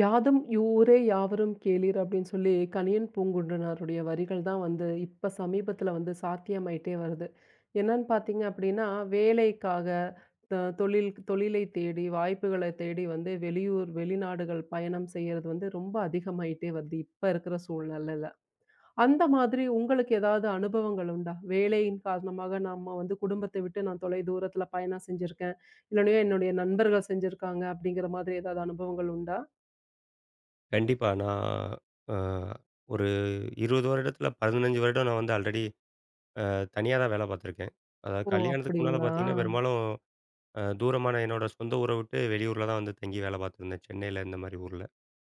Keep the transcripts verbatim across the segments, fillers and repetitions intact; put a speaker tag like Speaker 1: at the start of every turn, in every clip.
Speaker 1: "யாதும் ஊரே யாவரும் கேளீர்" அப்படின்னு சொல்லி கணியன் பூங்குன்றனாருடைய வரிகள் தான் வந்து இப்ப சமீபத்துல வந்து சாத்தியமாயிட்டே வருது. என்னன்னு பார்த்தீங்க அப்படின்னா, வேலைக்காக த தொழில் தொழிலை தேடி, வாய்ப்புகளை தேடி வந்து வெளியூர், வெளிநாடுகள் பயணம் செய்யறது வந்து ரொம்ப அதிகமாயிட்டே வருது, இப்ப இருக்கிற சூழ்நிலையில. அந்த மாதிரி உங்களுக்கு ஏதாவது அனுபவங்கள் உண்டா? வேலையின் காரணமாக நம்ம வந்து குடும்பத்தை விட்டு நான் தொலை தூரத்துல பயணம் செஞ்சிருக்கேன், இல்லன்னா என்னுடைய நண்பர்கள் செஞ்சிருக்காங்க அப்படிங்கிற மாதிரி ஏதாவது அனுபவங்கள் உண்டா?
Speaker 2: கண்டிப்பா. நான் அ ஒரு இருபது வருடத்தில பதினைந்து வருடம் நான் வந்து ஆல்ரெடி அ தனியா தான் வேலை பார்த்துருக்கேன். அதாவது
Speaker 1: ஓ!
Speaker 2: கல்யாணத்துக்கு முன்னால
Speaker 1: அப்படிங்களா?
Speaker 2: பார்த்தீங்கன்னா, பெரும்பாலும் அ தூரமான என்னோட சொந்த ஊர விட்டு வெளியூர்ல தான் வந்து தங்கி வேலை பார்த்துருந்தேன். சென்னையில இந்த மாரி ஊர்ல.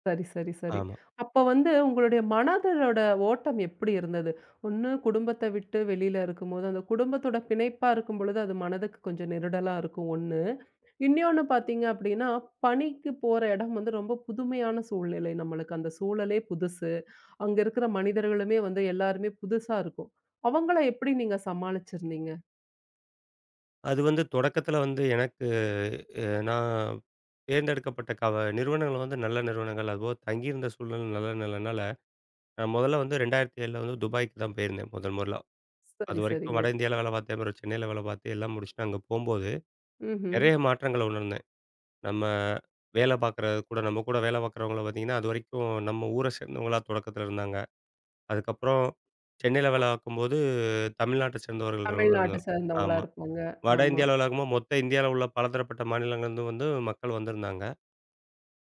Speaker 1: சரி, சரி, சரி.
Speaker 2: ஆமா.
Speaker 1: அப்ப வந்து உங்களுடைய மனதளோட ஓட்டம் எப்படி இருந்தது? ஒண்ணு குடும்பத்த விட்டு வெளியில இருக்கும்போது, அந்த குடும்பத்தோட பிணைப்பா இருக்கும்பொழுது, அது மனதுக்கு கொஞ்சம் நெருடலா இருக்கும் ஒண்ணு. இன்னொன்னு பார்த்தீங்க அப்படின்னா, பணிக்கு போற இடம் வந்து ரொம்ப புதுமையான சூழ்நிலை நம்மளுக்கு. அந்த சூழலே புதுசு. அங்க இருக்கிற மனிதர்களுமே வந்து எல்லாருமே புதுசா இருக்கும். அவங்கள எப்படி நீங்க சமாளிச்சிருந்தீங்க?
Speaker 2: அது வந்து தொடக்கத்தில வந்து எனக்கு அ நான் தேர்ந்தெடுக்கப்பட்ட கவ நிறுவனங்கள் வந்து நல்ல நிறுவனங்கள். அதுபோக தங்கியிருந்த சூழ்நிலை நல்ல நிலைனால, நான் முதல்ல வந்து 2007ல வந்து துபாய்க்கு தான் போயிருந்தேன் முதல் முதலா.
Speaker 1: சரி,
Speaker 2: அதுவரைக்கும்
Speaker 1: சரிங்க.
Speaker 2: வட இந்தியால வேலை பார்த்தேன். அப்புறம் சென்னையில வேலை பார்த்து எல்லாம் முடிச்சுட்டு அங்க போம்போது,
Speaker 1: ம்ஹ்ம்.
Speaker 2: நெறைய மாற்றங்கள உணர்ந்தேன். நம்ம வேலை பார்க்குற கூட நம்ம கூட வேலை பார்க்குறவங்கள பார்த்தீங்கன்னா, அதுவரைக்கும் நம்ம ஊர சேர்ந்தவங்களா தொடக்கத்தில இருந்தாங்க. அதுக்கப்புறம் சென்னையில
Speaker 1: ஆமா.
Speaker 2: வேலை பார்க்கும்போது தமிழ்நாட்ட சேர்ந்தவர்களோட
Speaker 1: தமிழ்நாட்ட
Speaker 2: இருந்தோம்.
Speaker 1: சேர்ந்தவங்களா
Speaker 2: ஆமா.
Speaker 1: இருப்பாங்க.
Speaker 2: வட
Speaker 1: ஆமா.
Speaker 2: இந்தியாவில வேலை பார்க்கும்போது மொத்த இந்தியாவில உள்ள பலதரப்பட்ட மாநிலங்கள்லேருந்து வந்து மக்கள் வந்திருந்தாங்க.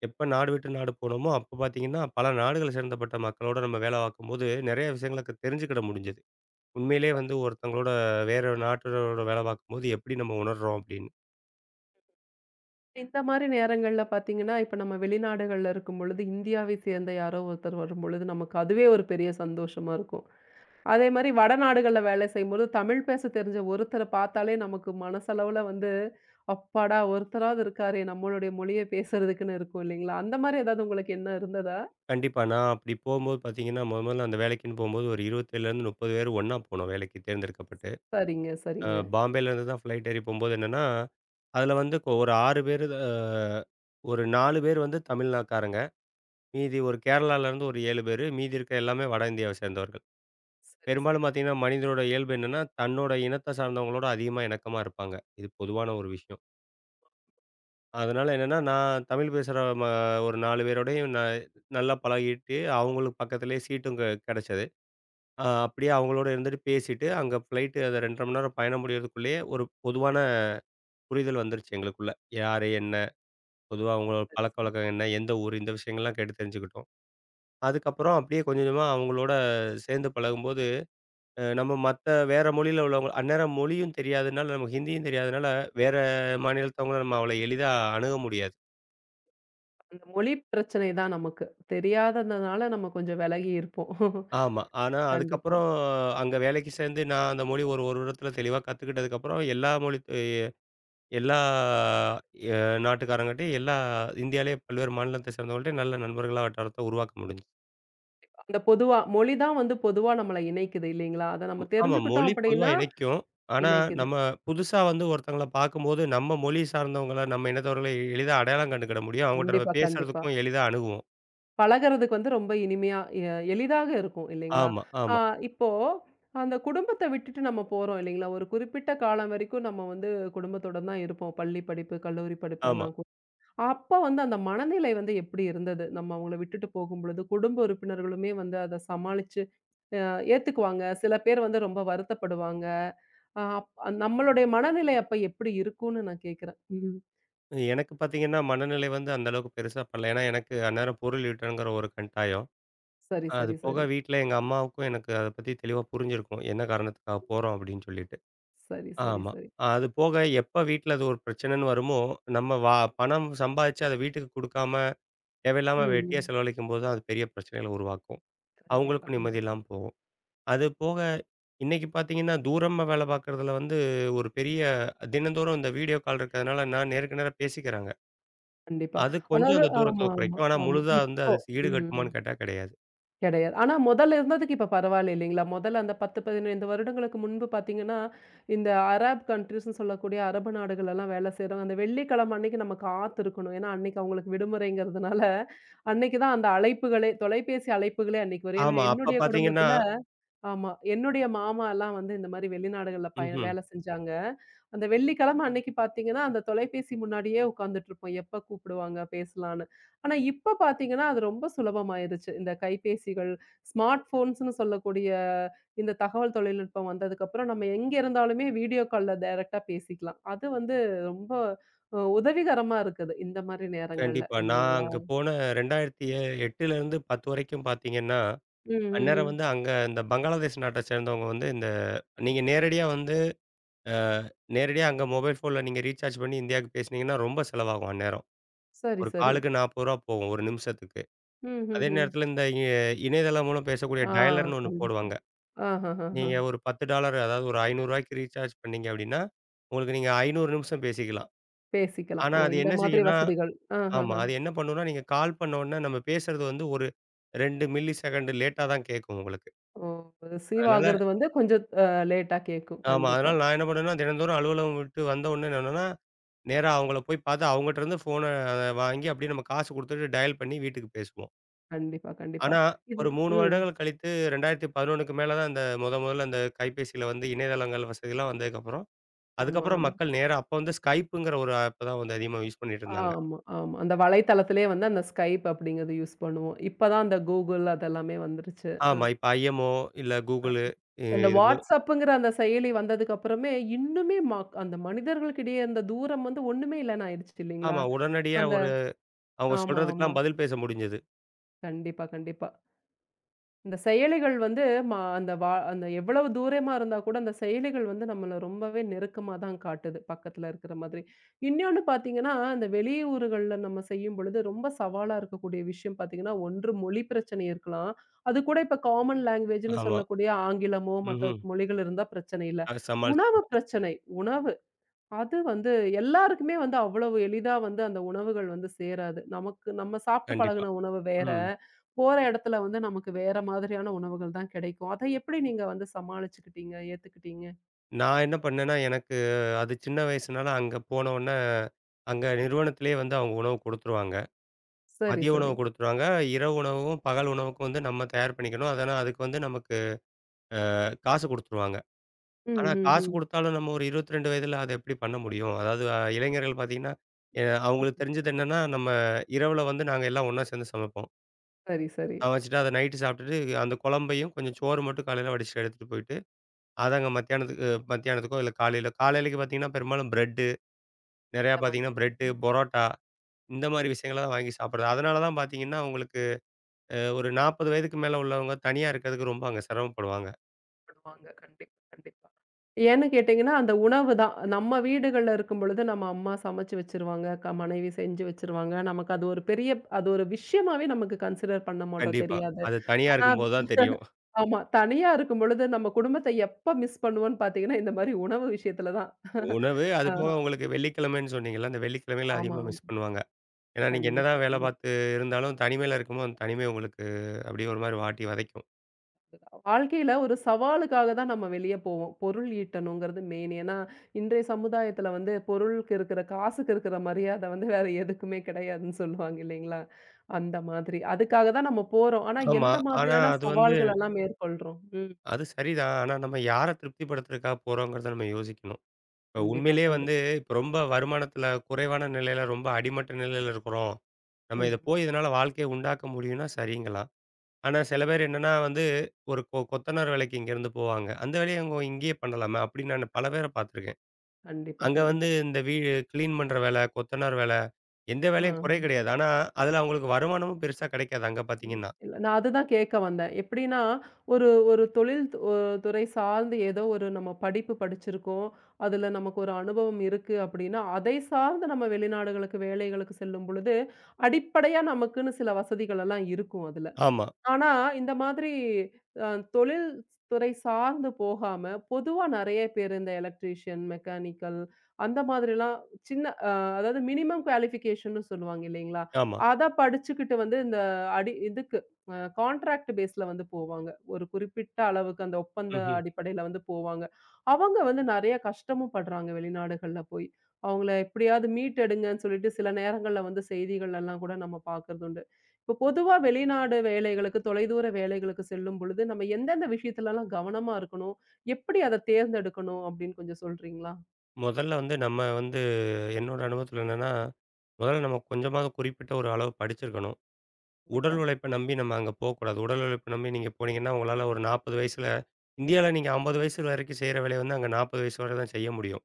Speaker 2: எப்ப நாடு விட்டு நாடு போனோமோ, அப்ப பார்த்தீங்கன்னா, பல நாடுகள சேர்ந்தப்பட்ட மக்களோட நம்ம வேலை பார்க்கும்போது நெறைய விஷயங்களுக்கு தெரிஞ்சுக்கிட முடிஞ்சது. உண்மையிலேயே
Speaker 1: கண்டிப்பா.
Speaker 2: வந்து ஒருத்தங்களோட வேற நாட்டோட வேலை பார்க்கும்போது எப்படி நம்ம உணர்றோம் அப்படின்னு.
Speaker 1: இந்த மாரி நேரங்கள்ல பார்த்தீங்கன்னா, இப்ப நம்ம வெளிநாடுகள்ல இருக்கும் பொழுது, இந்தியாவை சேர்ந்த யாரோ ஒருத்தர் வரும்பொழுது, நமக்கு அதுவே ஒரு பெரிய சந்தோஷமா இருக்கும். அதே மாரி வடநாடுகள்ல வேலை செய்யும்போது, தமிழ் பேச தெரிஞ்ச ஒருத்தர பார்த்தாலே நமக்கு மனசளவுல வந்து, "அப்பாடா! ஒருத்தராவது இருக்காரே நம்மளுடைய மொழிய பேசுறதுக்குன்னு" இருக்கும் இல்லைங்களா? அந்த மாரி ஏதாவது உங்களுக்கு எண்ணம் இருந்ததா?
Speaker 2: கண்டிப்பா. நான் அப்படி போம்போது பார்த்தீங்கன்னா, மொத மொதல்ல அந்த வேலைக்குன்னு போம்போது ஒரு 27லருந்து முப்பது பேர் ஒண்ணா போனோம் வேலைக்கு தேர்ந்தெடுக்கப்பட்டு.
Speaker 1: சரிங்க,
Speaker 2: அ
Speaker 1: சரிங்க.
Speaker 2: பாம்பேலேருந்து தான் ஃப்ளைட் ஏறி போம்போது என்னன்னா, அதில வந்து கொ ஒரு ஆறு பேரு அ ஒரு நாலு பேர் வந்து தமிழ்நாக்காரங்க. மீதி ஒரு கேரளாலேருந்து ஒரு ஏழு பேரு. மீதி இருக்க எல்லாமே வட இந்தியாவை சேர்ந்தவர்கள்.
Speaker 1: சரி,
Speaker 2: பெரும்பாலும்
Speaker 1: சரி.
Speaker 2: பார்த்தீங்கன்னா, மனிதனோட இயல்பு என்னன்னா, தன்னோட இனத்த சார்ந்தவங்களோட அதிகமா இணக்கமா இருப்பாங்க. இது பொதுவான ஒரு விஷயம். அதனால என்னன்னா, நான் தமிழ் பேசுற ம ஒரு நாலு பேரோடையும் நான் நல்லா பழகிட்டு, அவங்களுக்கு பக்கத்திலேயே சீட்டும் க கெடைச்சது. ஆ அப்படியே அவங்களோட இருந்துட்டு பேசிட்டு, அங்க ஃப்ளைட்டு அது ரெண்டு அரை மணி நேரம் பயணம் முடியறதுக்குள்ளேயே ஒரு பொதுவான புரிதல் வந்துருச்சு எங்களுக்குள்ள. யாரு, என்ன, பொதுவா அவங்களோட
Speaker 1: சரி, சரி.
Speaker 2: பழக்கவழக்கம் என்ன, எந்த ஊர், இந்த விஷயங்கள்லாம் கேட்டு தெரிஞ்சுக்கிட்டோம். அதுக்கப்புறம் அப்படியே கொஞ்சம் கொஞ்சமா அவங்களோட சேர்ந்து பழகும்போது, அ நம்ம மத்த வேற மொழியில உள்ளவங்க அந்நேரம் மொழியும் தெரியாதனால, நமக்கு ஹிந்தியும் தெரியாதனால, வேற மாநிலத்தவங்கள நம்ம அவ்வளோ எளிதா அணுக முடியாது.
Speaker 1: அந்த மொழி பிரச்சனை தான் நமக்கு. தெரியாததுனால நம்ம கொஞ்சம் விலகி இருப்போம்.
Speaker 2: ஆமா. ஆனா
Speaker 1: கண்டிப்பா.
Speaker 2: அதுக்கப்புறம் அங்க வேலைக்கு சேர்ந்து நான் அந்த மொழி ஒரு ஒரு வருடத்துல தெளிவா கத்துக்கிட்டதுக்கப்புறம் எல்லா மொழி தெ எல்லா எ நாட்டுக்காரங்கட்டயும், எல்லா இந்தியாவிலேயே பல்வேறு மாநிலத்தை சேர்ந்தவங்கள்ட்டயும் நல்ல நண்பர்களா வட்டாரத்த உருவாக்க முடிஞ்சுச்சு.
Speaker 1: இந்த பொதுவா மொழி தான் வந்து பொதுவா நம்மள இணைக்குது இல்லைங்களா? அத நம்ம
Speaker 2: ம் ஆமா.
Speaker 1: தெரிஞ்சுக்கிட்டோம்
Speaker 2: மொழி பொதுவா
Speaker 1: அப்படின்னா,
Speaker 2: இணைக்கும். ஆனா,
Speaker 1: இணைக்குது.
Speaker 2: நம்ம புதுசா வந்து ஒருத்தங்கள பார்க்கும்போது, நம்ம மொழி சார்ந்தவங்கள, நம்ம இனத்தவர்கள எளிதா அடையாளம் கண்டுக்கிட முடியும். அவங்கட்ட நம்ம
Speaker 1: கண்டிப்பா, கண்டிப்பா.
Speaker 2: பேசுறதுக்கும் எளிதா அணுகுவோம்.
Speaker 1: பழகுறதுக்கு வந்து ரொம்ப இனிமையா எ எளிதாக இருக்கும் இல்லைங்களா?
Speaker 2: ஆமா,
Speaker 1: ஆ
Speaker 2: ஆமா,
Speaker 1: இப்போ அந்த குடும்பத்த விட்டுட்டு நம்ம போறோம் இல்லைங்களா? ஒரு குறிப்பிட்ட காலம் வரைக்கும் நம்ம வந்து குடும்பத்தோட தான் இருப்போம். பள்ளி படிப்பு, கல்லூரி
Speaker 2: ஆமா.
Speaker 1: படிப்பெல்லாம் கூட. அப்ப வந்து அந்த மனநிலை வந்து எப்படி இருந்தது? நம்ம அவங்கள விட்டுட்டு போகும்பொழுது, குடும்ப உறுப்பினர்களுமே வந்து அத சமாளிச்சு அ ஏத்துக்குவாங்க. சில பேர் வந்து ரொம்ப வருத்தப்படுவாங்க. ஆ அப் நம்மளுடைய மனநிலை அப்ப எப்படி இருக்கும்னு நான் கேட்கிறேன். ம்.
Speaker 2: எனக்கு பார்த்தீங்கன்னா, மனநிலை வந்து அந்த அளவுக்கு பெருசா படல. ஏன்னா, எனக்கு அந்நேரம் பொருள் ஈட்டணுங்கிற ஒரு கட்டாயம்.
Speaker 1: சரி,
Speaker 2: அது
Speaker 1: சரி,
Speaker 2: போக
Speaker 1: சரி.
Speaker 2: வீட்ல எங்க அம்மாவுக்கும் எனக்கு அத பத்தி தெளிவா புரிஞ்சிருக்கும். என்ன காரணத்துக்காக போறோம் அப்படின்னு சொல்லிட்டு.
Speaker 1: சரி, சரி,
Speaker 2: ஆமா.
Speaker 1: சரி.
Speaker 2: அது போக எப்ப வீட்ல அது ஒரு பிரச்சனைன்னு வருமோ, நம்ம வா பணம் சம்பாதிச்சு அத வீட்டுக்கு குடுக்காம, தேவையில்லாம
Speaker 1: ம்,
Speaker 2: வெட்டியா
Speaker 1: ம்.
Speaker 2: செலவழிக்கும்போது தான் அது பெரிய பிரச்சனைகள உருவாக்கும்.
Speaker 1: கண்டிப்பா,
Speaker 2: அவங்களுக்கும் நிம்மதி
Speaker 1: கண்டிப்பா,
Speaker 2: இல்லாம போகும். அது போக இன்னைக்கு பார்த்தீங்கன்னா, தூரமா வேலை பார்க்குறதுல வந்து ஒரு பெரிய தினந்தோறும் இந்த வீடியோ கால் இருக்கிறதுனால நான் நேருக்கு நேரா பேசிக்கிறாங்க.
Speaker 1: கண்டிப்பா.
Speaker 2: அது கொஞ்சம்
Speaker 1: அதாவது
Speaker 2: அந்த தூரத்த
Speaker 1: ஆமா, ஆமா,
Speaker 2: குறைக்கும். ஆனா
Speaker 1: ஆமா.
Speaker 2: முழுதா வந்து
Speaker 1: இப்போ.
Speaker 2: அது
Speaker 1: ம்.
Speaker 2: ஈடுகட்டுமான்னு கேட்டா கிடையாது.
Speaker 1: கிடையாது. ஆனா முதல்ல இருந்ததுக்கு இப்ப பரவாயில்ல இல்லைங்களா? முதல்ல அந்த பத்து, பதினைந்து வருடங்களுக்கு முன்பு பார்த்தீங்கன்னா, இந்த அரப் கண்ட்ரீஸ்ன்னு சொல்லக்கூடிய அரபு நாடுகள் எல்லாம் வேலை செய்றவங்க, அந்த வெள்ளிக்கிழமை அன்னைக்கு நம்ம காத்திருக்கணும். ஏன்னா, அன்னைக்கு அவங்களுக்கு விடுமுறைங்கிறதுனால, அன்னைக்கு தான் அந்த அழைப்புகளே தொலைபேசி அழைப்புகளே அன்னைக்கு வரும். ஏன்னா
Speaker 2: ஆமா. அப்ப
Speaker 1: என்னுடைய
Speaker 2: பார்த்தீங்கன்னா
Speaker 1: குடும்பத்துல ஆமா. என்னுடைய மாமாலாம் வந்து இந்த மாரி வெளிநாடுகள்ல பய
Speaker 2: ம்ஹ்ம்.
Speaker 1: வேலை செஞ்சாங்க. அந்த வெள்ளிக்கிழமை அன்னைக்கு பார்த்தீங்கன்னா, அந்த தொலைபேசி முன்னாடியே உட்கார்ந்துட்டுருப்போம். எப்ப கூப்பிடுவாங்க பேசலான்னு. ஆனா, இப்ப பார்த்தீங்கன்னா, அது ரொம்ப சுலபமாயிருச்சு. இந்த கைபேசிகள், ஸ்மார்ட் ஃபோன்ஸ்ன்னு சொல்லக்கூடிய இந்த தகவல் தொழில்நுட்பம் வந்ததுக்கப்புறம், நம்ம எங்க இருந்தாலுமே வீடியோ கால்ல டைரக்ட்டா பேசிக்கலாம். அது வந்து ரொம்ப அ உதவிகரமா இருக்குது. இந்த மாரி நேரங்கள்ல
Speaker 2: கண்டிப்பா. நான்
Speaker 1: இல்லைங்களா?
Speaker 2: அங்க போன 2008லேருந்து பத்து வரைக்கும் பார்த்தீங்கன்னா
Speaker 1: ம், ம்,
Speaker 2: அந்நேரம்
Speaker 1: ம்.
Speaker 2: வந்து அங்க இந்த பங்களாதேஷ் நாட்ட சேர்ந்தவங்க வந்து இந்த நீங்க நேரடியா வந்து அ நேரடியா அங்க மொபைல் ஃபோன்ல நீங்க ரீசார்ஜ் பண்ணி இந்தியாவுக்கு பேசுனீங்கன்னா, ரொம்ப செலவாகும் அந்நேரம்.
Speaker 1: சரி,
Speaker 2: ஒரு
Speaker 1: சரி.
Speaker 2: காலுக்கு ரூ. நாற்பது போகும் ஒரு நிமிஷத்துக்கு.
Speaker 1: ம்,
Speaker 2: அதே
Speaker 1: ம், ம்.
Speaker 2: நேரத்தில இந்த இ இணையதளம் மூலம் பேசக்கூடிய
Speaker 1: ஆ,
Speaker 2: டயலர்ன்னு ஒண்ணு
Speaker 1: கண்டிப்பா.
Speaker 2: போடுவாங்க.
Speaker 1: ஆஹஹஹ.
Speaker 2: நீங்க ஒரு பத்து டாலர் அதாவது ஒரு ரூ. 500க்கு ரீசார்ஜ் பண்ணீங்க அப்டின்னா, உங்களுக்கு நீங்க ஐநூறு நிமிஷம் பேசிக்கலாம்.
Speaker 1: பேசிக்கலாம்.
Speaker 2: ஆனா
Speaker 1: ஓ!
Speaker 2: அது
Speaker 1: இந்த
Speaker 2: என்ன
Speaker 1: மாதிரி
Speaker 2: செய்யும்னா
Speaker 1: வசதிகள். ஆஹஹ.
Speaker 2: ஆமா. அது என்ன பண்ணும்னா, நீங்க கால் பண்ண உடனே நம்ம பேசுறது வந்து ஒரு ரெண்டு மில்லி செகண்ட் லேட்டா தான் கேட்கும் உங்களுக்கு.
Speaker 1: ஓ! ரிசீவ்
Speaker 2: அதனால
Speaker 1: ஆகுறது வந்து கொஞ்சம் அ லேட்டா கேட்கும்.
Speaker 2: ஆமா.
Speaker 1: கண்டிப்பா,
Speaker 2: அதனால நான் என்ன பண்ணேன்னா, தினந்தோறும் அலுவலகம் விட்டு வந்த உடனே என்னன்னா, நேரா அவங்கள போய் பாத்து அவங்கட்டருந்து ஃபோன வாங்கி அப்படியே நம்ம காசு குடுத்துட்டு டயல் பண்ணி வீட்டுக்கு பேசுவோம்.
Speaker 1: கண்டிப்பா, கண்டிப்பா.
Speaker 2: ஆனா,
Speaker 1: இது
Speaker 2: ஒரு மூணு
Speaker 1: ம்.
Speaker 2: வருடங்கள் கழித்து 2011க்கு மேல தான் இந்த மொத மொதல்ல அந்த கைபேசியில வந்து இணையதளங்கள் வசதிலாம் வந்ததுக்கப்புறம்,
Speaker 1: ஆமா,
Speaker 2: அதுக்கப்புறம்
Speaker 1: ஆமா.
Speaker 2: மக்கள் நேரா அப்ப வந்து Skypeங்கிற ஒரு ஆப் தான் வந்து அதிகமா யூஸ் பண்ணிட்டு இருந்தாங்க.
Speaker 1: ஆமா, ஆமா. அந்த வலைத்தளத்திலேயே வந்து அந்த Skype அப்படிங்கிறது யூஸ் பண்ணுவோம். இப்ப தான் அந்த Google அதெல்லாமே வந்துருச்சு. அ,
Speaker 2: ஆமா. இப்ப I M O இல்ல
Speaker 1: அ.
Speaker 2: Google இ
Speaker 1: இந்த
Speaker 2: இது போக
Speaker 1: WhatsAppங்கிற அந்த செயலி வந்ததுக்கு அப்புறமே இன்னுமே மக் அந்த மனிதர்களுக்கிடையே அந்த தூரம் வந்து ஒண்ணுமே இல்லன்னு ஆயிடுச்சு இல்லைங்களா?
Speaker 2: ஆமா. உடனடியா
Speaker 1: அந்த
Speaker 2: ஒரு அவங்க
Speaker 1: ஆமா, ஆமா.
Speaker 2: சொல்றதுக்கெல்லாம் பதில் பேச முடிஞ்சது.
Speaker 1: கண்டிப்பா, கண்டிப்பா. இந்த செயலிகள் வந்து ம அந்த வா அந்த எவ்வளவு தூரமா இருந்தா கூட, அந்த செயலிகள் வந்து நம்மள ரொம்பவே நெருக்கமா தான் காட்டுது, பக்கத்துல இருக்கிற மாதிரி. இன்னொன்னு பார்த்தீங்கன்னா, அந்த வெளியூர்கள்ல நம்ம செய்யும் பொழுது ரொம்ப சவாலா இருக்கக்கூடிய விஷயம் பார்த்தீங்கன்னா, ஒன்று மொழி பிரச்சனை இருக்கலாம். அது கூட இப்ப காமன் லேங்குவேஜ்ன்னு
Speaker 2: ஆமா.
Speaker 1: சொல்லக்கூடிய ஆங்கிலமோ, மத்த
Speaker 2: ம்ஹ்ம்.
Speaker 1: மொழிகள் இருந்தா பிரச்சனை இல்ல.
Speaker 2: அத
Speaker 1: உணவு
Speaker 2: சமாளிச்சுக்கலாம்.
Speaker 1: பிரச்சனை. உணவு அது வந்து எல்லாருக்குமே வந்து அவ்வளவு எளிதா வந்து அந்த உணவுகள் வந்து சேராது. நமக்கு நம்ம சாப்பிட்டு
Speaker 2: கண்டிப்பா.
Speaker 1: பழகுன உணவு வேற.
Speaker 2: ம்.
Speaker 1: போற இடத்துல வந்து நமக்கு வேற மாதிரியான உணவுகள் தான் கிடைக்கும். அத எப்படி நீங்க வந்து சமாளிச்சுக்கிட்டீங்க? ஏத்துக்கிட்டீங்க?
Speaker 2: நான் என்ன பண்ணேன்னா, எனக்கு அது சின்ன வயசுனால அங்க போனவுனே, அங்க நிறுவனத்திலேயே வந்து அவங்க உணவு குடுத்துருவாங்க.
Speaker 1: சரி,
Speaker 2: மதிய
Speaker 1: சரி.
Speaker 2: உணவு குடுத்துருவாங்க. இரவு உணவும், பகல் உணவுக்கும் வந்து நம்ம தயார் பண்ணிக்கணும். அதனா அதுக்கு வந்து நமக்கு காசு குடுத்துருவாங்க.
Speaker 1: ம்,
Speaker 2: ஆனா
Speaker 1: ம்,
Speaker 2: காசு
Speaker 1: ம்.
Speaker 2: குடுத்தாலும் நம்ம ஒரு இருபத்தி ரெண்டு வயதில அத எப்படி பண்ண முடியும்? அதாவது அ இளைஞர்கள் பார்த்தீங்கன்னா, எ அவங்களுக்கு தெரிஞ்சது என்னன்னா, நம்ம இரவுல வந்து நாங்க எல்லாம் ஒண்ணா சேர்ந்து சமைப்போம்.
Speaker 1: சரி, சரி.
Speaker 2: சமைச்சுட்டு அத நைட்டு சாப்பிட்டுட்டு அந்த குழம்பையும் கொஞ்சம் சோறு மட்டும் காலையில வடிச்சுட்டு எடுத்துட்டு போயிட்டு, அத அங்க மத்தியானத்துக்கு மத்தியானத்துக்கோ இல்ல காலையில காலையிலக்கு பார்த்தீங்கன்னா பெரும்பாலும் பிரெட் நெறையா
Speaker 1: இந்த மாதிரி
Speaker 2: பார்த்தீங்கன்னா, பிரெட்டு,
Speaker 1: ம்
Speaker 2: பரோட்டா இந்த மாரி விஷயங்கள தான் வாங்கி சாப்பிடுறது. அதனால தான் பார்த்தீங்கன்னா, உங்களுக்கு அ ஒரு நாற்பது வயதுக்கு மேல உள்ளவங்க தனியா இருக்கிறதுக்கு ரொம்ப அங்க சிரமப்படுவாங்க.
Speaker 1: பண்ணுவாங்க. கண்டிப்பா, கண்டிப்பா. ஏன்னு கேட்டீங்கன்னா, அந்த உணவு தான். நம்ம வீடுகள்ல இருக்கும் பொழுது நம்ம அம்மா சமைச்சு வச்சுருவாங்க. க மனைவி செஞ்சு வச்சுருவாங்க. நமக்கு அது ஒரு பெரிய அது ஒரு விஷயமாவே நமக்கு கன்சிடர் பண்ண மாட்டோம்.
Speaker 2: கண்டிப்பா.
Speaker 1: தெரியாது.
Speaker 2: அது தனியா
Speaker 1: ஆ
Speaker 2: இருக்கும்போது தான் தெரியும்.
Speaker 1: ஆமா. தனியா இருக்கும்பொழுது நம்ம குடும்பத்த எப்ப மிஸ் பண்ணுவோம்ன்னு பார்த்தீங்கன்னா, இந்த மாரி உணவு விஷயத்துல தான்.
Speaker 2: உணவு அது போக
Speaker 1: ஆ
Speaker 2: உங்களுக்கு வெள்ளிக்கிழமைன்னு சொன்னீங்கல்ல, அந்த வெள்ளிக்கிழமையில
Speaker 1: ஆமா,
Speaker 2: அதிகமா
Speaker 1: ஆமா.
Speaker 2: மிஸ் பண்ணுவாங்க. ஏன்னா, நீங்க
Speaker 1: கண்டிப்பா,
Speaker 2: என்னதான் வேலை
Speaker 1: கண்டிப்பா.
Speaker 2: பார்த்து இருந்தாலும் தனிமையில இருக்கும்போது, அந்த தனிமை உங்களுக்கு அப்படியே ஒரு மாரி வாட்டி வதைக்கும்.
Speaker 1: வாழ்க்கையில ஒரு சவாலுக்காக தான் நம்ம வெளிய போவோம். பொருள் ஈட்டணுங்கிறது மெயின். ஏன்னா, இன்றைய சமுதாயத்துல வந்து பொருளுக்கு இருக்கிற காசுக்கு இருக்கிற மரியாதை வந்து வேற எதுக்குமே கிடையாதுன்னு சொல்லுவாங்க இல்லைங்களா? அந்த மாதிரி. அதுக்காக தான் நம்ம போறோம். ஆனா,
Speaker 2: ஆமா.
Speaker 1: எந்த
Speaker 2: ஆனா
Speaker 1: மாதிரியான
Speaker 2: அது வந்து
Speaker 1: சவால்களெல்லாம் மேற்கொள்றோம்? ம்.
Speaker 2: அது சரிதான். ஆனா நம்ம யார திருப்திப்படுத்துறதுக்காக போறோங்கிறத நம்ம யோசிக்கணும். இப்ப
Speaker 1: கண்டிப்பா,
Speaker 2: உண்மையிலேயே
Speaker 1: கண்டிப்பா.
Speaker 2: வந்து இப்ப ரொம்ப வருமானத்தில குறைவான நிலையில ரொம்ப அடிமட்ட நிலையில இருக்கிறோம். நம்ம
Speaker 1: ம்.
Speaker 2: இத போய் இதனால வாழ்க்கைய உண்டாக்க முடியும்னா சரிங்கலாம். ஆனா சில பேர் என்னன்னா வந்து, ஒரு கொ கொத்தனார் வேலைக்கு இங்கேருந்து போவாங்க. அந்த வேலைய அவங்க இங்கேயே பண்ணலாமே! அப்படின்னு நான் பல பேர பார்த்துருக்கேன்.
Speaker 1: கண்டிப்பா,
Speaker 2: அங்க வந்து
Speaker 1: கண்டிப்பா.
Speaker 2: இந்த வீடு கிளீன் பண்ற வேல, கொத்தனார் வேல, எந்த வேலையும் குறை
Speaker 1: ஆ.
Speaker 2: கிடையாது. ஆனா, அதுல அவங்களுக்கு வருமானமும் பெருசா கிடைக்காது அங்க பார்த்தீங்கன்னா.
Speaker 1: இல்ல. நான் அதுதான் கேட்க வந்தேன். எப்படின்னா, ஒரு ஒரு தொழில் து ஒரு துறை சார்ந்து ஏதோ ஒரு நம்ம படிப்பு படிச்சிருக்கோம். அதுல நமக்கு ஒரு அனுபவம் இருக்கு அப்படின்னா, அதை சார்ந்து நம்ம வெளிநாடுகளுக்கு வேலைகளுக்கு செல்லும் பொழுது, அடிப்படையா நமக்குன்னு சில வசதிகள் எல்லாம் இருக்கும் அதுல.
Speaker 2: ஆமா,
Speaker 1: ஆனா, இந்த மாதிரி அ தொழில் துறை சார்ந்து போகாம, பொதுவா நெறைய பேர் இந்த எலக்ட்ரீஷியன், மெக்கானிக்கல் அந்த மாதிரிலாம் சின்ன அ அதாவது மினிமம் குவாலிஃபிகேஷன்னு சொல்லுவாங்க இல்லைங்களா?
Speaker 2: ஆமா.
Speaker 1: அத படிச்சுக்கிட்டு வந்து இந்த அடி இதுக்கு அ கான்ட்ராக்ட் பேஸ்ல வந்து போவாங்க. ஒரு குறிப்பிட்ட அளவுக்கு அந்த ஒப்பந்த
Speaker 2: ம்ஹ்ம்.
Speaker 1: அடிப்படையில வந்து போவாங்க. அவங்க வந்து நெறைய கஷ்டமும் படுறாங்க வெளிநாடுகள்ல போய். அவங்கள எப்படியாவது மீட்டெடுங்கன்னு சொல்லிட்டு சில நேரங்கள்ல வந்து செய்திகள்லலாம் கூட நம்ம பார்க்கறது உண்டு. இப்போ பொதுவா வெளிநாடு வேலைகளுக்கு, தொலைதூர வேலைகளுக்கு செல்லும் பொழுது, நம்ம எந்தெந்த விஷயத்துலலாம் கவனமா இருக்கணும்? எப்படி அத தேர்ந்தெடுக்கணும்? அப்படின்னு கொஞ்சம் சொல்றீங்களா?
Speaker 2: முதல்ல வந்து நம்ம வந்து என்னோட அனுபவத்துல என்னன்னா, முதல்ல நம்ம கொஞ்சமாவது குறிப்பிட்ட ஒரு அளவு படிச்சிருக்கணும்.
Speaker 1: கண்டிப்பா,
Speaker 2: உடல் உழைப்ப நம்பி நம்ம அங்க போக்கூடாது. உடல் உழைப்ப நம்பி நீங்க போனீங்கன்னா, உங்களால ஒரு நாற்பது வயசுல இந்தியால நீங்க ஐம்பது வயசு வரைக்கும் செய்ற வேலைய வந்து அங்க நாற்பது வயசு வரை தான் செய்ய முடியும்.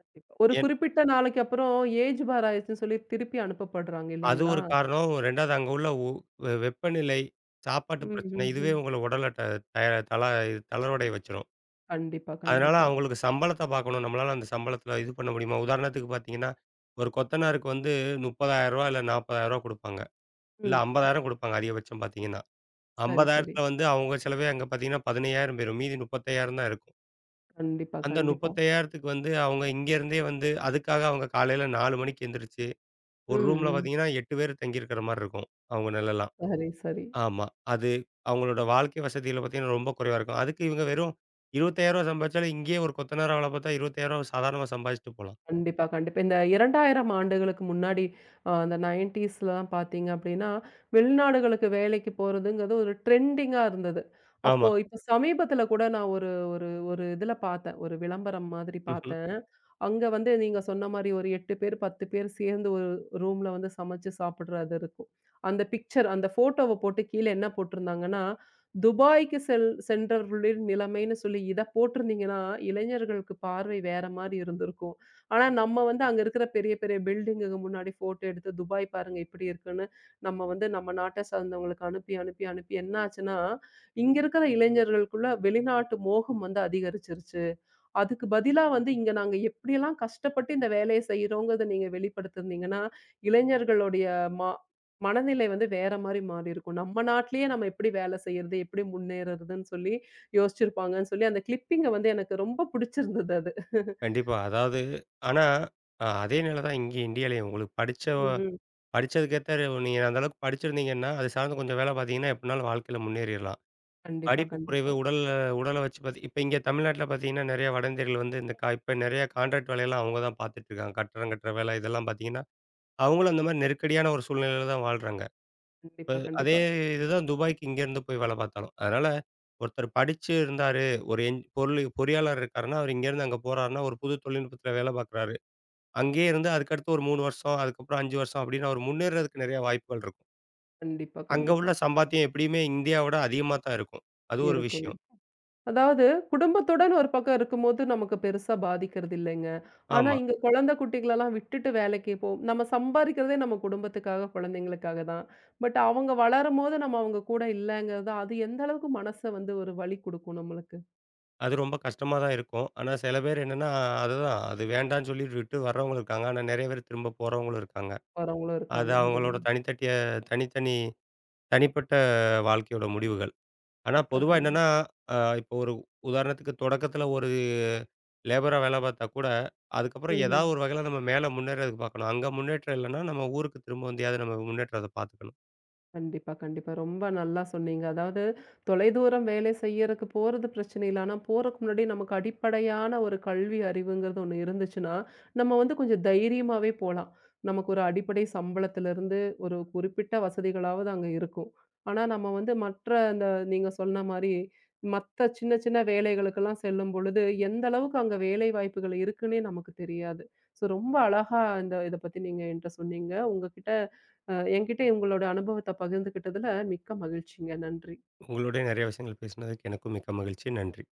Speaker 1: கண்டிப்பா. ஒரு
Speaker 2: ஏன்
Speaker 1: குறிப்பிட்ட நாளைக்கு அப்புறம் ஏஜ் பார் ஆயிருச்சுன்னு சொல்லி திருப்பி அனுப்பப்படுறாங்க
Speaker 2: அது
Speaker 1: இல்லைங்களா?
Speaker 2: ஒரு காரணம். இரண்டாவது அங்க உள்ள உ வெ வெப்பநிலை, சாப்பாட்டு
Speaker 1: ம்,
Speaker 2: பிரச்சனை
Speaker 1: ம்,
Speaker 2: இதுவே
Speaker 1: ம்.
Speaker 2: உங்கள உடல ட ட தள இது தளர்வடைய வச்சுரும்.
Speaker 1: கண்டிப்பா,
Speaker 2: அதனால
Speaker 1: கண்டிப்பா.
Speaker 2: அவங்களுக்கு சம்பளத்த பார்க்கணும். நம்மளால அந்த சம்பளத்துல இது பண்ண முடியுமா? உதாரணத்துக்கு பார்த்தீங்கன்னா, ஒரு கொத்தனாருக்கு வந்து ரூ. முப்பதாயிரம் இல்ல ரூ. நாற்பதாயிரம் குடுப்பாங்க. இல்ல
Speaker 1: ம்.
Speaker 2: ஐம்பதாயிரம் குடுப்பாங்க அதிகபட்சம் பார்த்தீங்கன்னா.
Speaker 1: சரி, சரி.
Speaker 2: 50,000த்துல வந்து அவங்க செலவே அங்க பார்த்தீங்கன்னா பதினைந்தாயிரம் போயிரும். மீதி முப்பத்தி ஐந்தாயிரம் தான் இருக்கும்.
Speaker 1: கண்டிப்பா,
Speaker 2: அந்த
Speaker 1: கண்டிப்பா.
Speaker 2: 35,000த்துக்கு வந்து அவங்க இங்கேருந்தே வந்து அதுக்காக அவங்க காலையில நாலு மணிக்கு எந்திரிச்சு, ஒரு
Speaker 1: ம்,
Speaker 2: ரூம்ல
Speaker 1: ம்.
Speaker 2: பார்த்தீங்கன்னா எட்டு பேர் தங்கியிருக்கிற மாரி இருக்கும். அவங்க நிலைலாம்.
Speaker 1: சரி, சரி.
Speaker 2: ஆமா. அது அவங்களோட வாழ்க்கை வசதிகள பார்த்தீங்கன்னா ரொம்ப குறைவா இருக்கும். அதுக்கு இவங்க வெறும் ரூ. இருபத்தி ஐந்தாயிரம் சம்பாதிச்சாலும் இங்கேயே ஒரு கொத்தனாரா வேல பார்த்தா ரூ. இருபத்தி ஐந்தாயிரம் சாதாரணமா சம்பாதிச்சுட்டு போலாம்.
Speaker 1: கண்டிப்பா, கண்டிப்பா. இந்த இரண்டாயிரம் ஆண்டுகளுக்கு முன்னாடி அ அந்த 90ஸ்லாம் பார்த்தீங்க அப்டின்னா, வெளிநாடுகளுக்கு வேலைக்கு போறதுங்கிறது ஒரு ட்ரெண்டிங்கா இருந்தது.
Speaker 2: ஆமா.
Speaker 1: அப்போ இப்ப சமீபத்தில கூட நான் ஒரு ஒரு ஒரு இதில பார்த்தேன். ஒரு விளம்பரம் மாதிரி
Speaker 2: ம்ஹ்ம்.
Speaker 1: பார்த்தேன். அங்க வந்து நீங்க சொன்ன மாரி ஒரு எட்டு பேர், பத்து பேர் சேர்ந்து ஒரு ரூம்ல வந்து சமைச்சு சாப்பிடுறது இருக்கும். அந்த பிக்சர் அந்த ஃபோட்டோவ போட்டு கீழ என்ன போட்டிருந்தாங்கன்னா, "துபாய்க்கு செல் சென்றவர்களின் நிலைமைன்னு" சொல்லி இத போட்டிருந்தீங்கன்னா, இளைஞர்களுக்கு பார்வை வேற மாரி இருந்திருக்கும். ஆனா, நம்ம வந்து அங்க இருக்கிற பெரிய பெரிய பில்டிங்குக்கு முன்னாடி ஃபோட்டோ எடுத்து, "துபாய் பாருங்க இப்படி இருக்குன்னு" நம்ம வந்து நம்ம நாட்ட சார்ந்தவங்களுக்கு அனுப்பி, அனுப்பி, அனுப்பி என்ன ஆச்சுன்னா, இங்க இருக்கிற இளைஞர்களுக்குள்ள வெளிநாட்டு மோகம் வந்து அதிகரிச்சிருச்சு. அதுக்கு பதிலா வந்து இங்க நாங்க எப்படியெல்லாம் கஷ்டப்பட்டு இந்த வேலைய செய்றோங்கிறத நீங்க வெளிப்படுத்திருந்தீங்கன்னா, இளைஞர்களுடைய ம மனநிலை வந்து வேற மாரி மாறியிருக்கும். நம்ம நாட்டிலேயே நம்ம எப்படி வேலை செய்றது? எப்படி முன்னேறுறதுன்னு சொல்லி யோசிச்சிருப்பாங்கன்னு சொல்லி அந்த கிளிப்பிங்க வந்து எனக்கு ரொம்ப பிடிச்சிருந்தது அது.
Speaker 2: கண்டிப்பா. அதாவது ஆனா அ அதே நிலை தான் இங்கேயும் இந்தியாலயும். உங்களுக்கு படிச்ச
Speaker 1: ம்.
Speaker 2: படிச்சதுக்கேத்த நீங்க அந்த அளவுக்கு படிச்சிருந்தீங்கன்னா, அது சார்ந்து கொஞ்சம் வேலை பார்த்தீங்கன்னா, எப்டினாலும் வாழ்க்கையில முன்னேறிறலாம்.
Speaker 1: கண்டிப்பா,
Speaker 2: படிப்பு குறைவு,
Speaker 1: கண்டிப்பா.
Speaker 2: உடல் உடல வச்சு பாத்தி இப்ப இங்க தமிழ்நாட்டுல பாத்தீங்கன்னா, நெறைய வட இந்தியர்கள் வந்து இந்த கா இப்ப நெறைய கான்ட்ராக்ட் வேலையெல்லாம் அவங்க தான் பாத்துட்டு இருக்காங்க. கட்டடம் கட்டுற வேலை இதெல்லாம் பாத்தீங்கன்னா, அவங்களும் அந்த மாரி நெருக்கடியான ஒரு சூழ்நிலையில தான் வாழ்றாங்க.
Speaker 1: கண்டிப்பா,
Speaker 2: அதே
Speaker 1: கண்டிப்பா.
Speaker 2: இதுதான் துபாய்க்கு இங்கேருந்து போய் வேலை பாத்தாலும். அதனால ஒருத்தர் படிச்சு இருந்தாரு, ஒரு என் பொருளு பொறியாளர் இருக்காருன்னா, அவர் இங்கேருந்து அங்க போறாருன்னா, ஒரு புது தொழில்நுட்பத்துல வேலை பாக்குறாரு. அங்கேயே இருந்து அதுக்கடுத்து ஒரு மூணு வருஷம், அதுக்கப்புறம் ஐந்து வருஷம் அப்படின்னு அவர் முன்னேறதுக்கு நெறைய வாய்ப்புகள் இருக்கும்.
Speaker 1: கண்டிப்பா,
Speaker 2: அங்க உள்ள
Speaker 1: கண்டிப்பா.
Speaker 2: சம்பாத்தியம் எப்படியுமே இந்தியாவோட அதிகமா தான் இருக்கும். அது ஒரு
Speaker 1: இருக்கும்.
Speaker 2: விஷயம்.
Speaker 1: இருக்கும். அதாவது குடும்பத்துடன் ஒரு பக்கம் இருக்கும்போது நமக்கு பெருசா பாதிக்கிறது இல்லைங்க. ஆனா
Speaker 2: ஆமா.
Speaker 1: இங்க குழந்தை குட்டிகளெல்லாம் விட்டுட்டு வேலைக்கு போ நம்ம சம்பாரிக்கிறதே நம்ம குடும்பத்துக்காக, குழந்தைங்களுக்காக தான். பட் அவங்க வளரும்போது நம்ம அவங்க கூட இல்லங்கிறது, அது எந்த அளவுக்கு மனச வந்து ஒரு வலி குடுக்கும் நம்மளுக்கு.
Speaker 2: அது ரொம்ப கஷ்டமா தான் இருக்கும். ஆனா சில பேர் என்னன்னா, அதுதான் அது வேண்டான்னு சொல்லி விட்டு வர்றவங்களும் இருக்காங்க. ஆனா நெறைய பேர் திரும்ப போறவங்களும் இருக்காங்க.
Speaker 1: வரவங்களும்
Speaker 2: அது
Speaker 1: இருக்காங்க.
Speaker 2: அவங்களோட
Speaker 1: அதுதான்.
Speaker 2: தனித்தட்டிய தனித்தனி தனிப்பட்ட வாழ்க்கையோட முடிவுகள். ஆனா
Speaker 1: கண்டிப்பா,
Speaker 2: பொதுவா
Speaker 1: கண்டிப்பா.
Speaker 2: என்னன்னா, அ இப்போ ஒரு உதாரணத்துக்கு தொடக்கத்துல ஒரு லேபரா வேல பார்த்தா கூட, அதுக்கப்புறம்
Speaker 1: ம்ஹ்ம்.
Speaker 2: ஏதாவது ஒரு வகையில நம்ம மேல முன்னேறதுக்கு பார்க்கணும். அங்க முன்னேற்றம் இல்லன்னா, நம்ம ஊருக்கு திரும்ப வந்தியாவது நம்ம முன்னேற்றத்த பார்த்துக்கணும்.
Speaker 1: கண்டிப்பா, கண்டிப்பா. ரொம்ப நல்லா சொன்னீங்க. அதாவது தொலைதூரம் வேலை செய்யறக்கு போறது பிரச்சனை இல்ல. ஆனா, போறக்கு முன்னாடி நமக்கு அடிப்படையான ஒரு கல்வி அறிவுங்கிறது ஒண்ணு இருந்துச்சுன்னா, நம்ம வந்து கொஞ்சம் தைரியமாவே போலாம். நமக்கு ஒரு அடிப்படை சம்பளத்திலிருந்து ஒரு குறிப்பிட்ட வசதிகளாவது அங்க இருக்கும். ஆனா, நம்ம வந்து மற்ற அந்த நீங்க சொன்ன மாரி, மத்த சின்ன சின்ன வேலைகளுக்கெல்லாம் செல்லும் பொழுது, எந்த அளவுக்கு அங்க வேலை வாய்ப்புகள் இருக்குன்னே நமக்கு தெரியாது. ஸோ ரொம்ப அழகா இந்த இத பத்தி நீங்க என்ட்ட சொன்னீங்க. உங்ககிட்ட அ என்கிட்ட உங்களோட அனுபவத்த பகிர்ந்துக்கிட்டதுல மிக்க மகிழ்ச்சிங்க. நன்றி.
Speaker 2: உங்களோடய நெறைய விஷயங்கள் பேசினதுக்கு எனக்கும் மிக்க மகிழ்ச்சி. நன்றி.